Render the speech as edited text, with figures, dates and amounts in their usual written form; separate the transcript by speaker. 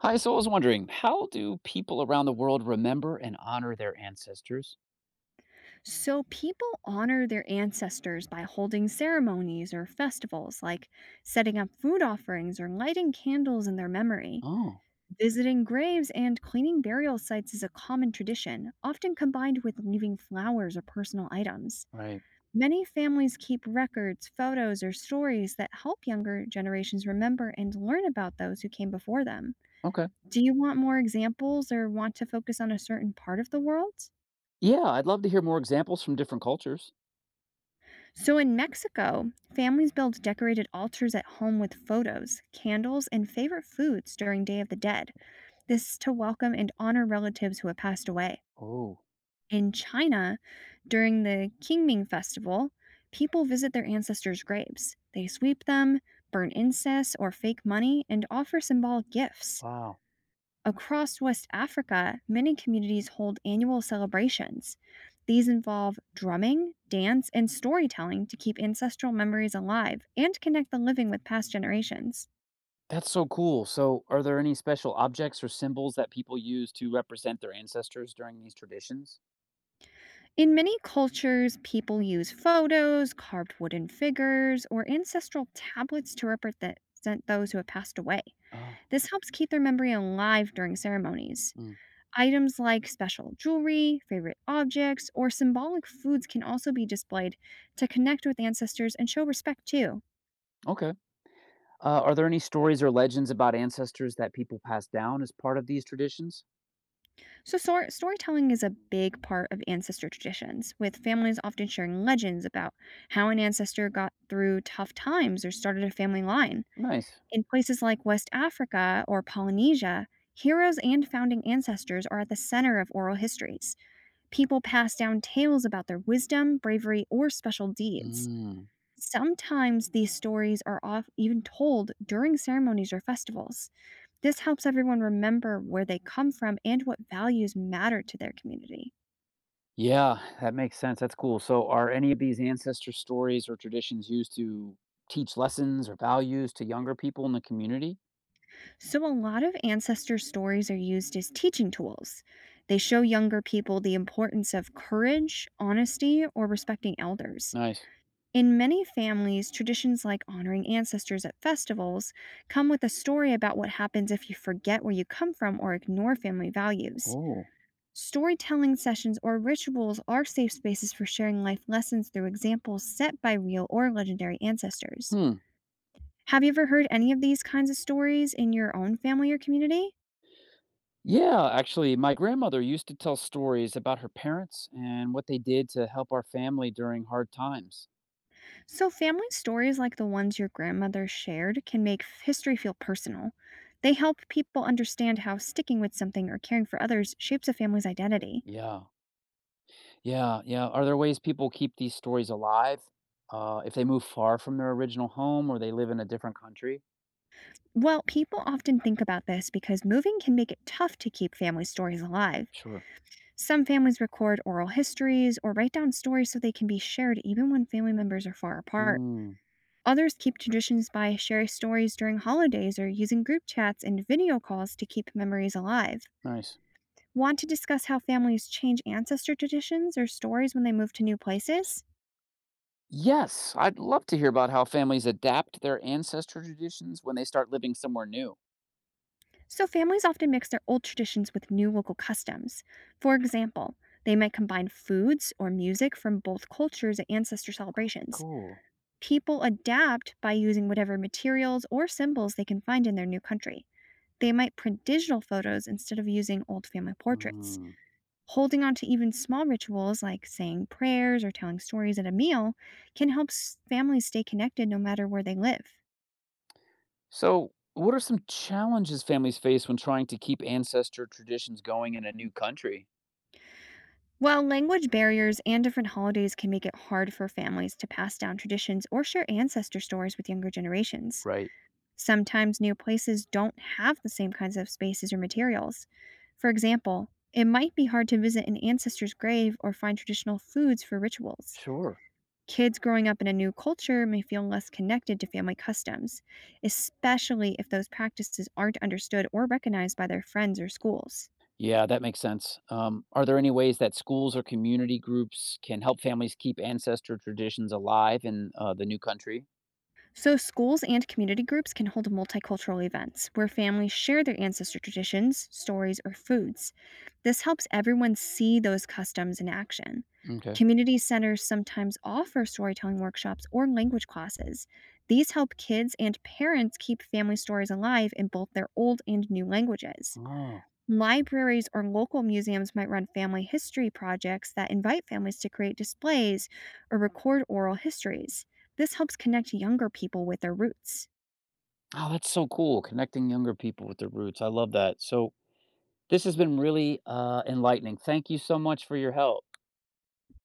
Speaker 1: Hi, so I was wondering, how do people around the world remember and honor their ancestors?
Speaker 2: So, people honor their ancestors by holding ceremonies or festivals, like setting up food offerings or lighting candles in their memory.
Speaker 1: Oh,
Speaker 2: Visiting graves and cleaning burial sites is a common tradition, often combined with leaving flowers or personal items.
Speaker 1: right.
Speaker 2: Many families keep records, photos, or stories that help younger generations remember and learn about those who came before them.
Speaker 1: Okay.
Speaker 2: Do you want more examples or want to focus on a certain part of the world?
Speaker 1: Yeah, I'd love to hear more examples from different cultures.
Speaker 2: So in Mexico, families build decorated altars at home with photos, candles, and favorite foods during Day of the Dead. This to welcome and honor relatives who have passed away.
Speaker 1: Oh,
Speaker 2: In China, during the Qingming Festival, people visit their ancestors' graves. They sweep them, burn incense or fake money, and offer symbolic gifts.
Speaker 1: wow.
Speaker 2: Across West Africa, many communities hold annual celebrations. These involve drumming, dance, and storytelling to keep ancestral memories alive and connect the living with past generations.
Speaker 1: That's so cool. So, are there any special objects or symbols that people use to represent their ancestors during these traditions?
Speaker 2: In many cultures, people use photos, carved wooden figures, or ancestral tablets to represent those who have passed away.
Speaker 1: Oh,
Speaker 2: This helps keep their memory alive during ceremonies.
Speaker 1: mm,
Speaker 2: Items like special jewelry, favorite objects, or symbolic foods can also be displayed to connect with ancestors and show respect too.
Speaker 1: okay. Are there any stories or legends about ancestors that people pass down as part of these traditions?
Speaker 2: So, storytelling is a big part of ancestor traditions, with families often sharing legends about how an ancestor got through tough times or started a family line.
Speaker 1: Nice.
Speaker 2: In places like West Africa or Polynesia, heroes and founding ancestors are at the center of oral histories. People pass down tales about their wisdom, bravery, or special deeds.
Speaker 1: Mm.
Speaker 2: Sometimes these stories are off even told during ceremonies or festivals. This helps everyone remember where they come from and what values matter to their community.
Speaker 1: Yeah, that makes sense. That's cool. So, are any of these ancestor stories or traditions used to teach lessons or values to younger people in the community?
Speaker 2: So, a lot of ancestor stories are used as teaching tools. They show younger people the importance of courage, honesty, or respecting elders.
Speaker 1: Nice.
Speaker 2: In many families, traditions like honoring ancestors at festivals come with a story about what happens if you forget where you come from or ignore family values.
Speaker 1: Oh,
Speaker 2: Storytelling sessions or rituals are safe spaces for sharing life lessons through examples set by real or legendary ancestors.
Speaker 1: hmm.
Speaker 2: Have you ever heard any of these kinds of stories in your own family or community?
Speaker 1: Yeah, actually, my grandmother used to tell stories about her parents and what they did to help our family during hard times.
Speaker 2: So, family stories like the ones your grandmother shared can make history feel personal. They help people understand how sticking with something or caring for others shapes a family's identity.
Speaker 1: Yeah, yeah, yeah. Are there ways people keep these stories alive if they move far from their original home or they live in a different country?
Speaker 2: Well, people often think about this because moving can make it tough to keep family stories alive.
Speaker 1: Sure.
Speaker 2: Some families record oral histories or write down stories so they can be shared even when family members are far apart.
Speaker 1: Hmm.
Speaker 2: Others keep traditions by sharing stories during holidays or using group chats and video calls to keep memories alive.
Speaker 1: Nice.
Speaker 2: Want to discuss how families change ancestor traditions or stories when they move to new places?
Speaker 1: Yes, I'd love to hear about how families adapt their ancestor traditions when they start living somewhere new.
Speaker 2: So, families often mix their old traditions with new local customs. For example, they might combine foods or music from both cultures at ancestor celebrations.
Speaker 1: Cool.
Speaker 2: People adapt by using whatever materials or symbols they can find in their new country. They might print digital photos instead of using old family portraits.
Speaker 1: Mm.
Speaker 2: Holding on to even small rituals like saying prayers or telling stories at a meal can help families stay connected no matter where they live.
Speaker 1: So, what are some challenges families face when trying to keep ancestor traditions going in a new country?
Speaker 2: While language barriers and different holidays can make it hard for families to pass down traditions or share ancestor stories with younger generations.
Speaker 1: Right.
Speaker 2: Sometimes new places don't have the same kinds of spaces or materials. For example, it might be hard to visit an ancestor's grave or find traditional foods for rituals.
Speaker 1: Sure.
Speaker 2: Kids growing up in a new culture may feel less connected to family customs, especially if those practices aren't understood or recognized by their friends or schools.
Speaker 1: Yeah, that makes sense. Are there any ways that schools or community groups can help families keep ancestor traditions alive in the new country?
Speaker 2: So, schools and community groups can hold multicultural events where families share their ancestor traditions, stories, or foods. This helps everyone see those customs in action.
Speaker 1: Okay.
Speaker 2: Community centers sometimes offer storytelling workshops or language classes. These help kids and parents keep family stories alive in both their old and new languages.
Speaker 1: Oh.
Speaker 2: Libraries or local museums might run family history projects that invite families to create displays or record oral histories. This helps connect younger people with their roots.
Speaker 1: Oh, that's so cool. Connecting younger people with their roots. I love that. So, this has been really, enlightening. Thank you so much for your help.